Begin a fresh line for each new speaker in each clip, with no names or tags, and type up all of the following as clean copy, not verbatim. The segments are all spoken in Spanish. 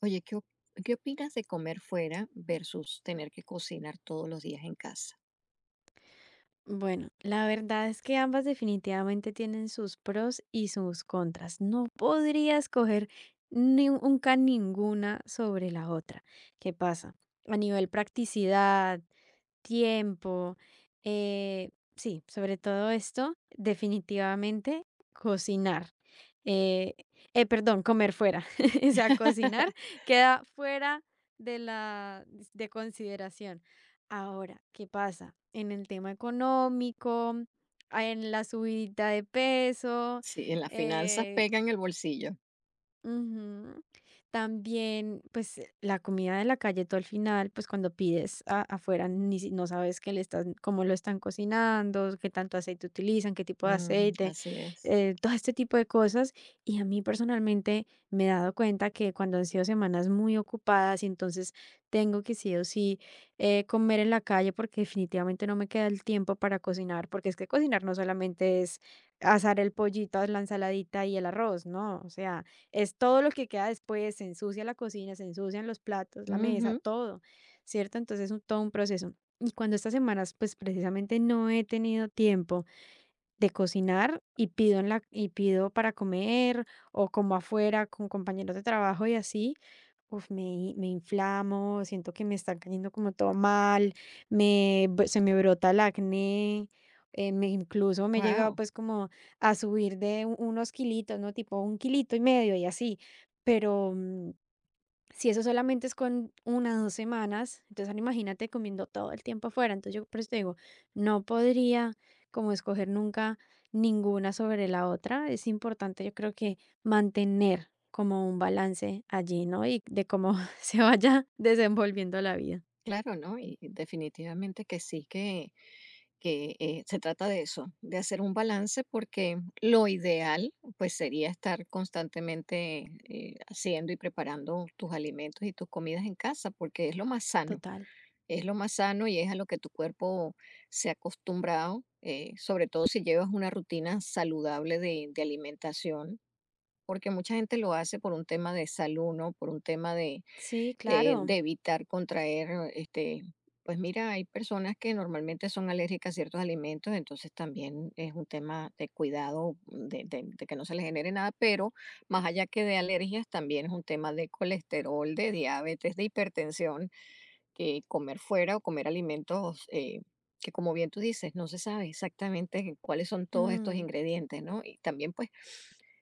Oye, ¿Qué opinas de comer fuera versus tener que cocinar todos los días en casa?
Bueno, la verdad es que ambas definitivamente tienen sus pros y sus contras. No podría escoger ni nunca ninguna sobre la otra. ¿Qué pasa? A nivel practicidad, tiempo, eh, sí, sobre todo esto, definitivamente cocinar. Eh, Perdón, comer fuera. O sea, cocinar queda fuera de la de consideración. Ahora, ¿qué pasa? En el tema económico, ah, en la subidita de peso,
Sí, en las finanzas
eh,
pega en el bolsillo.
ujú. También, pues la comida de la calle, tú al final, pues cuando pides afuera, ni, si- no sabes qué le están, cómo lo están cocinando, qué tanto aceite utilizan, qué tipo de
Mm,
aceite,
así es.
todo este tipo de cosas. Y a mí personalmente me he dado cuenta que cuando han sido semanas muy ocupadas y entonces tengo que sí o sí comer en la calle porque definitivamente no me queda el tiempo para cocinar, porque es que cocinar no solamente es asar el pollito, la ensaladita y el arroz, no, o sea es todo lo que queda después, se ensucia la cocina, se ensucian los platos, la mesa, todo, ¿cierto? Entonces es todo un proceso. Y cuando estas semanas, pues precisamente no he tenido tiempo de cocinar y pido para comer o como afuera con compañeros de trabajo y así, uf, me inflamo, siento que me está cayendo como todo mal, se me brota el acné, me incluso me he llegado
Wow,
pues como a subir de unos kilitos, ¿no? Tipo un kilito y medio y así, pero si eso solamente es con una, 2 semanas, entonces ahora imagínate comiendo todo el tiempo afuera. Entonces yo por eso te digo, no podría como escoger nunca ninguna sobre la otra. Es importante, yo creo que mantener como un balance allí, ¿no? Y de cómo se vaya desenvolviendo la vida.
claro, ¿no? Y definitivamente que sí, que se trata de eso, de hacer un balance, porque lo ideal pues sería estar constantemente haciendo y preparando tus alimentos y tus comidas en casa, porque es lo más sano.
Total.
Es lo más sano y es a lo que tu cuerpo se ha acostumbrado, sobre todo si llevas una rutina saludable de alimentación, porque mucha gente lo hace por un tema de salud, ¿no? Por un tema de,
Sí,
de-
claro.
de evitar contraer, este, pues mira, hay personas que normalmente son alérgicas a ciertos alimentos, entonces también es un tema de cuidado, de que no se les genere nada, pero más allá que de alergias, también es un tema de colesterol, de diabetes, de hipertensión que comer fuera o comer alimentos que, como bien tú dices, no se sabe exactamente cuáles son todos estos
Mm,
ingredientes, ¿no? Y también, pues,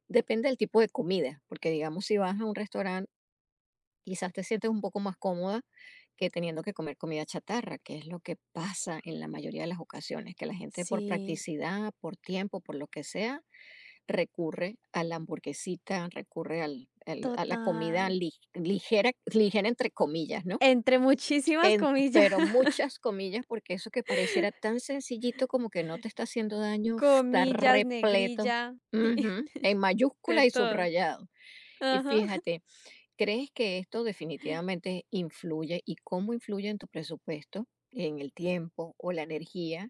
depende del tipo de comida, porque digamos, si vas a un restaurante, quizás te sientes un poco más cómoda que teniendo que comer comida chatarra, que es lo que pasa en la mayoría de las ocasiones, que la gente por
sí,
practicidad, por tiempo, por lo que sea, recurre a la hamburguesita, recurre a la comida
total.
ligera, ligera entre comillas, ¿no?
Entre muchísimas
En
comillas,
pero muchas comillas, porque eso que pareciera tan sencillito como que no te está haciendo daño, está
comillas,
repleto,
negrilla y
ujú, en
de
mayúscula y
todo.
subrayado. Y
Ajá.
fíjate, ¿crees que esto definitivamente influye y cómo influye en tu presupuesto, en el tiempo o la energía,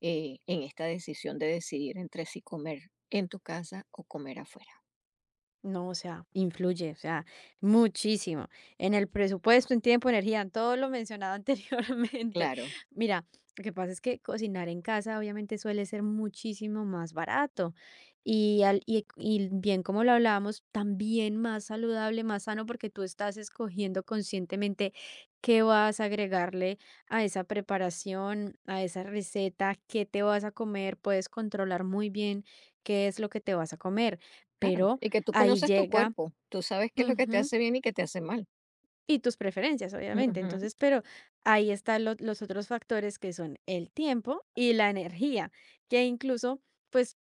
en esta decisión de decidir entre si comer en tu casa o comer afuera?
No, o sea, influye, o sea, muchísimo en el presupuesto, en tiempo, energía, en todo lo mencionado anteriormente.
Claro,
Mira, lo que pasa es que cocinar en casa obviamente suele ser muchísimo más barato y bien como lo hablábamos, también más saludable, más sano, porque tú estás escogiendo conscientemente qué vas a agregarle a esa preparación, a esa receta, qué te vas a comer, puedes controlar muy bien qué es lo que te vas a comer,
claro.
pero
Y que tú
ahí
conoces tu
llega,
cuerpo, tú sabes qué es lo que te
ujú,
hace bien y qué te hace mal.
y tus preferencias, obviamente.
Ujú,
Entonces, pero ahí están los otros factores que son el tiempo y la energía, que incluso, pues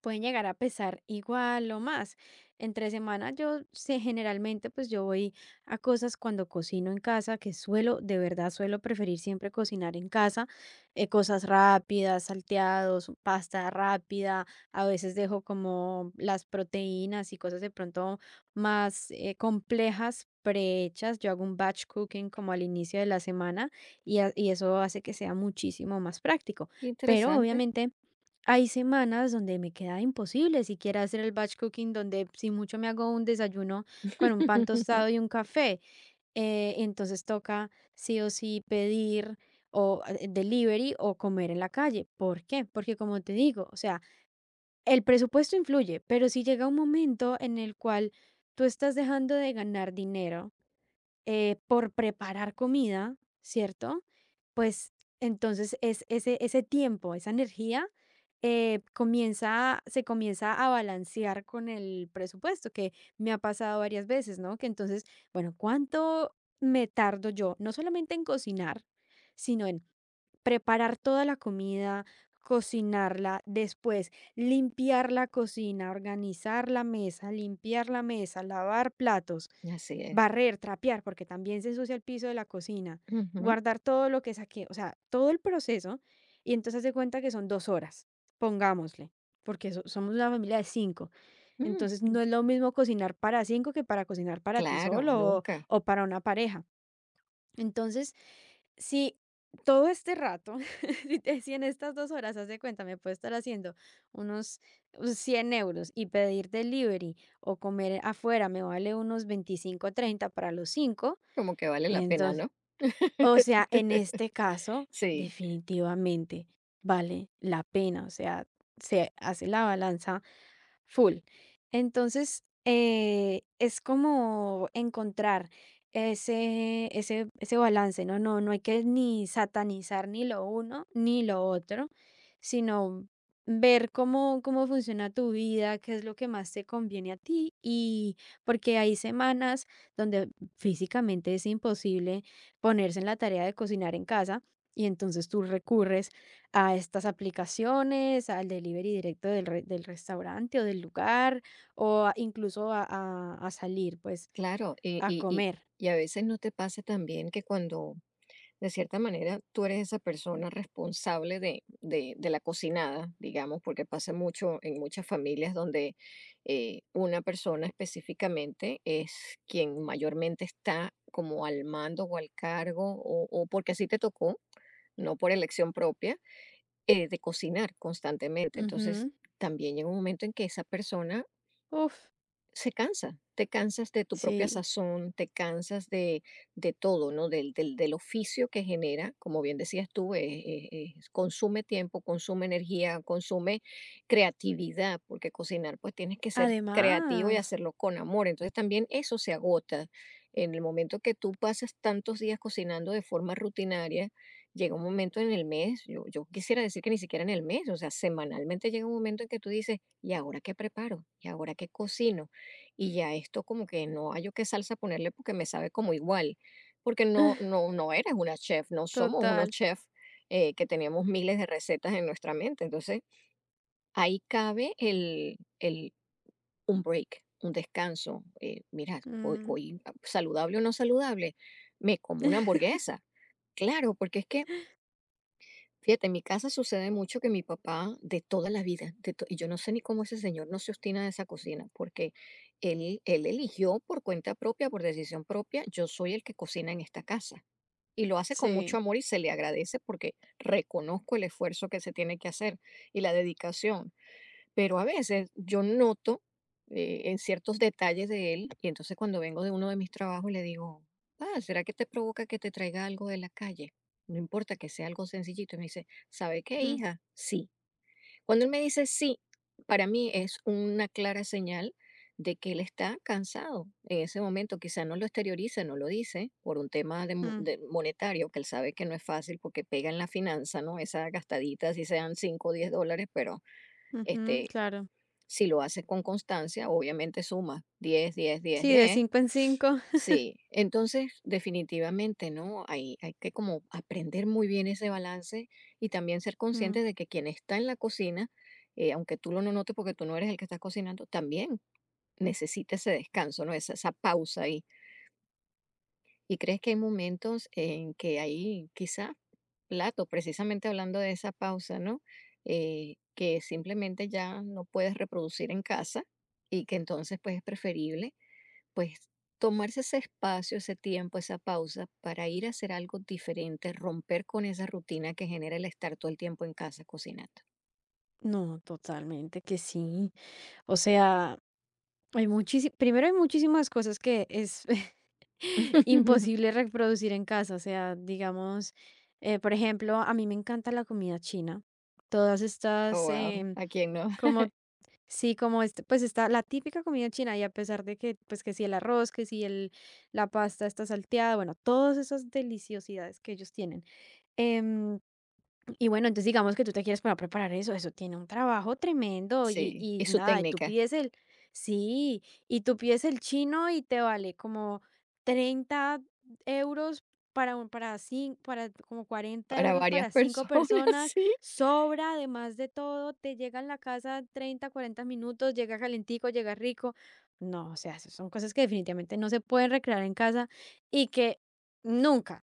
pueden llegar a pesar igual o más. Entre semana yo sé generalmente pues yo voy a cosas cuando cocino en casa, que suelo, de verdad suelo preferir siempre cocinar en casa, cosas rápidas, salteados, pasta rápida, a veces dejo como las proteínas y cosas de pronto más complejas, prehechas, yo hago un batch cooking como al inicio de la semana y eso hace que sea muchísimo más práctico.
qué
Pero
interesante.
obviamente hay semanas donde me queda imposible siquiera hacer el batch cooking, donde si mucho me hago un desayuno con un pan tostado y un café. Entonces toca sí o sí pedir o delivery o comer en la calle. ¿Por qué? Porque como te digo, o sea, el presupuesto influye, pero si llega un momento en el cual tú estás dejando de ganar dinero por preparar comida, ¿cierto? Pues entonces es ese, ese tiempo, esa energía, comienza, se comienza a balancear con el presupuesto, que me ha pasado varias veces, ¿no? Que entonces, bueno, ¿cuánto me tardo yo? No solamente en cocinar, sino en preparar toda la comida, cocinarla, después limpiar la cocina, organizar la mesa, limpiar la mesa, lavar platos,
Así es.
barrer, trapear, porque también se ensucia el piso de la cocina,
Ujú.
guardar todo lo que saqué, o sea, todo el proceso, y entonces se cuenta que son 2 horas, pongámosle, porque somos una familia de cinco.
Mm,
Entonces no es lo mismo cocinar para cinco que para cocinar para ti
claro,
solo
nunca.
o para una pareja. Entonces, si todo este rato, si en estas 2 horas, haz de cuenta, me puedo estar haciendo unos 100 euros y pedir delivery o comer afuera me vale unos 25-30 para los 5.
Como que vale la pena,
Entonces,
¿no?
o sea, en este caso,
Sí,
definitivamente vale la pena, o sea, se hace la balanza. Full. Entonces, es como encontrar ese balance, ¿no? No, no hay que ni satanizar ni lo uno ni lo otro, sino ver cómo, cómo funciona tu vida, qué es lo que más te conviene a ti y porque hay semanas donde físicamente es imposible ponerse en la tarea de cocinar en casa y entonces tú recurres a estas aplicaciones, al delivery directo del re del restaurante o del lugar, o a incluso a salir, pues,
claro. Y,
a
y, y,
comer.
y a veces no te pasa también que cuando, de cierta manera, tú eres esa persona responsable de la cocinada, digamos, porque pasa mucho en muchas familias donde una persona específicamente es quien mayormente está como al mando o al cargo, o porque así te tocó, no por elección propia. Eh, de cocinar constantemente. Entonces,
Ujú.
también llega un momento en que esa persona
Uf,
se cansa, te cansas de tu propia
sí.
sazón, te cansas de todo, ¿no? Del oficio que genera, como bien decías tú, consume tiempo, consume energía, consume creatividad, porque cocinar pues tienes que ser creativo y
Además,
hacerlo con amor, entonces también eso se agota. En el momento que tú pasas tantos días cocinando de forma rutinaria, llega un momento en el mes, yo quisiera decir que ni siquiera en el mes, o sea, semanalmente llega un momento en que tú dices, ¿y ahora qué preparo? ¿Y ahora qué cocino? Y ya esto como que no hallo qué salsa ponerle porque me sabe como igual, porque no no no eres una chef, no somos unos
total.
chefs, que tenemos miles de recetas en nuestra mente. Entonces, ahí cabe el un break, un descanso, mira, hoy
Mm,
hoy, saludable o no saludable, me como una hamburguesa. Claro, porque es que fíjate, en mi casa sucede mucho que mi papá, de toda la vida, y yo no sé ni cómo ese señor no se obstina de esa cocina, porque él eligió por cuenta propia, por decisión propia, yo soy el que cocina en esta casa. Y lo hace con mucho
sí.
amor y se le agradece porque reconozco el esfuerzo que se tiene que hacer y la dedicación. Pero a veces yo noto, en ciertos detalles de él, y entonces cuando vengo de uno de mis trabajos le digo: "Ah, ¿será que te provoca que te traiga algo de la calle? No importa que sea algo sencillito". Y me dice: "¿Sabe qué,
Mm,
hija? Sí". Cuando él me dice sí, para mí es una clara señal de que él está cansado en ese momento, quizá no lo exterioriza, no lo dice por un tema de mo
mm,
de monetario, que él sabe que no es fácil porque pega en la finanza, ¿no? Esa gastadita, si sean $5 o $10 pero,
ujú,
este,
claro.
si lo haces con constancia, obviamente sumas diez diez diez
Sí, de
diez
5 en cinco.
Sí, entonces definitivamente, ¿no? Hay que como aprender muy bien ese balance y también ser
Mm.
consciente de que quien está en la cocina, aunque tú lo no notes porque tú no eres el que está cocinando, también necesita ese descanso, ¿no? Esa pausa. ¿Y crees que hay momentos en que hay quizá plato, precisamente hablando de esa pausa, ¿no? Que simplemente ya no puedes reproducir en casa y que entonces pues es preferible pues tomarse ese espacio, ese tiempo, esa pausa para ir a hacer algo diferente, romper con esa rutina que genera el estar todo el tiempo en casa cocinando.
No, totalmente que sí. O sea, hay muchísimas. Primero hay muchísimas cosas que es imposible reproducir en casa. O sea, digamos, por ejemplo, a mí me encanta la comida china. Todas
Oh,
estas,
wow, ¿a quién no?
como sí, como este, pues está la típica comida china y a pesar de que, pues que si el arroz, que si el, la pasta está salteada, bueno, todas esas deliciosidades que ellos tienen. em, y bueno, entonces digamos que tú te quieres para preparar eso, eso tiene un trabajo tremendo
Sí,
y
y su
nada, y tú
técnica
pides el, sí, y tú pides el chino y te vale como 30 euros para un, para cinco, para como 40
para
euros
varias
para cinco
personas,
personas,
sí.
sobra además de todo, te llega en la casa 30-40 minutos, llega calentico, llega rico. No, o sea, eso son cosas que definitivamente no se pueden recrear en casa y que nunca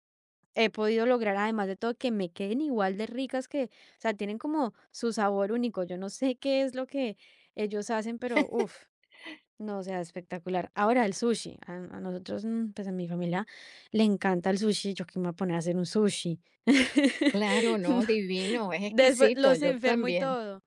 he podido lograr, además de todo, que me queden igual de ricas que, o sea, tienen como su sabor único. Yo no sé qué es lo que ellos hacen, pero uff, no, o sea, espectacular. Ahora el sushi, a nosotros, pues a mi familia le encanta el sushi. Yo que me voy a poner a hacer un sushi.
Claro, no, divino, es
Después
exquisito,
los
yo
enfermo y
también.
todo.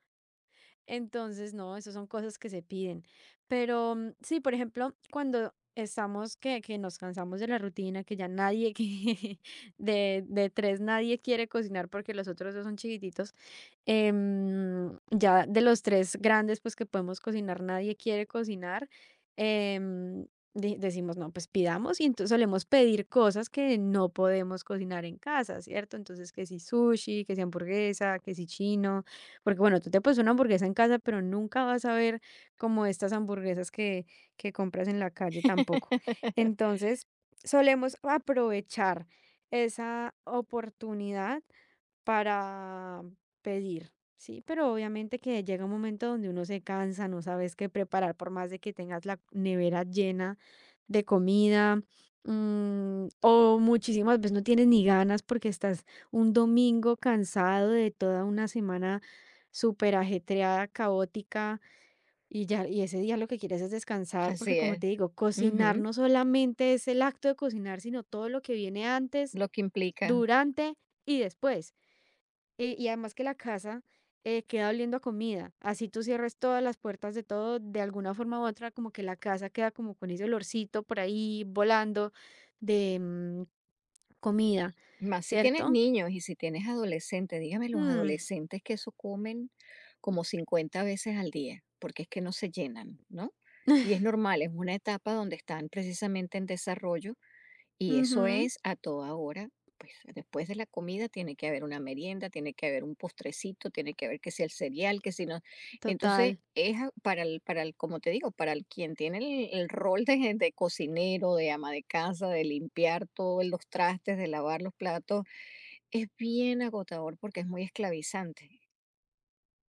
Entonces, no, esas son cosas que se piden. Pero sí, por ejemplo, cuando estamos que nos cansamos de la rutina, que ya nadie, que de tres nadie quiere cocinar porque los otros dos son chiquititos, ya de los tres grandes, pues que podemos cocinar, nadie quiere cocinar. em, Decimos, no, pues pidamos y entonces solemos pedir cosas que no podemos cocinar en casa, ¿cierto? Entonces, que si sushi, que si hamburguesa, que si chino. Porque bueno, tú te puedes una hamburguesa en casa, pero nunca vas a ver como estas hamburguesas que compras en la calle tampoco. Entonces, solemos aprovechar esa oportunidad para pedir, ¿sí? Pero obviamente que llega un momento donde uno se cansa, no sabes qué preparar, por más de que tengas la nevera llena de comida, o muchísimas veces no tienes ni ganas porque estás un domingo cansado de toda una semana súper ajetreada, caótica, y ya, y ese día lo que quieres es descansar, porque
Así
como
es.
te digo, cocinar
Ujú,
no solamente es el acto de cocinar, sino todo lo que viene antes,
lo que implica.
durante y después. Y además que la casa queda oliendo a comida. Así tú cierres todas las puertas de todo, de alguna forma u otra, como que la casa queda como con ese olorcito por ahí volando de comida,
Más si tienes
¿cierto?
niños y si tienes adolescentes, dígame los
Mm,
adolescentes que eso comen como 50 veces al día, porque es que no se llenan, ¿no? Y es normal, es una etapa donde están precisamente en desarrollo. Y eso
ujú,
es a toda hora, pues después de la comida tiene que haber una merienda, tiene que haber un postrecito, tiene que haber que sea el cereal, que si no. Entonces,
total.
para el, como te digo, para el quien tiene el rol de cocinero, de ama de casa, de limpiar todos los trastes, de lavar los platos, es bien agotador porque es muy esclavizante.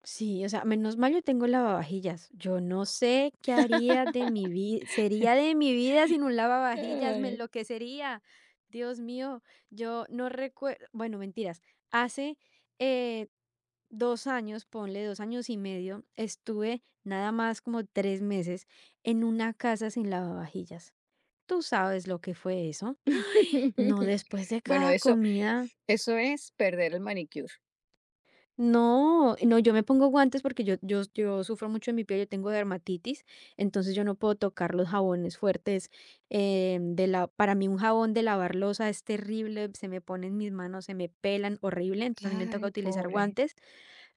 Sí, o sea, menos mal yo tengo lavavajillas. Yo no sé qué haría de mi vida, sería de mi vida sin un lavavajillas, me
Ay.
enloquecería. Dios mío, yo no recuerdo, bueno, mentiras. Hace eh, 2 años, ponle 2 años y medio, estuve nada más como 3 meses en una casa sin lavavajillas. Tú sabes lo que fue eso. No después de
Bueno,
cada
eso,
comida.
eso es perder el manicure.
No, no, yo me pongo guantes porque yo sufro mucho en mi piel, yo tengo dermatitis, entonces yo no puedo tocar los jabones fuertes, de la para mí un jabón de lavar loza es terrible, se me ponen mis manos, se me pelan, horrible, entonces a mí me toca
Ay,
utilizar
pobre.
guantes.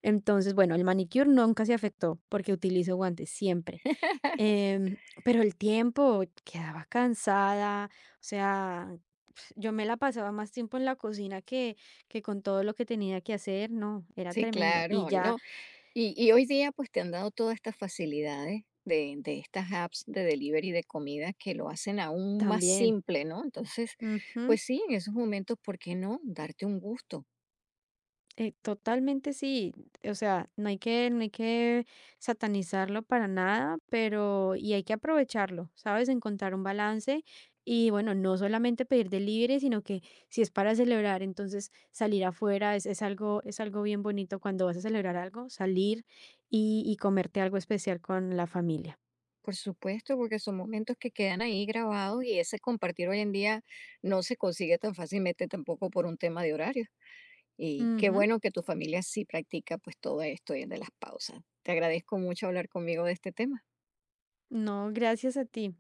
Entonces, bueno, el manicure nunca se afectó porque utilizo guantes siempre. Em, pero el tiempo, quedaba cansada, o sea, yo me la pasaba más tiempo en la cocina que con todo lo que tenía que hacer, no, era
Sí,
tremendo. Y
claro.
ya
No, y hoy día, pues, te han dado todas estas facilidades de estas apps de delivery de comida que lo hacen aún más
también.
simple, ¿no? Entonces,
Ujú.
pues sí, en esos momentos, ¿por qué no? Darte un gusto.
Totalmente sí, o sea, no hay que, no hay que satanizarlo para nada, pero y hay que aprovecharlo, ¿sabes? Encontrar un balance y bueno, no solamente pedir de libre sino que si es para celebrar, entonces salir afuera es algo bien bonito cuando vas a celebrar algo, salir y comerte algo especial con la familia.
Por supuesto, porque son momentos que quedan ahí grabados y ese compartir hoy en día no se consigue tan fácilmente tampoco por un tema de horario. Y qué
Ujú.
bueno que tu familia sí practica, pues, todo esto de las pausas. Te agradezco mucho hablar conmigo de este tema.
No, gracias a ti.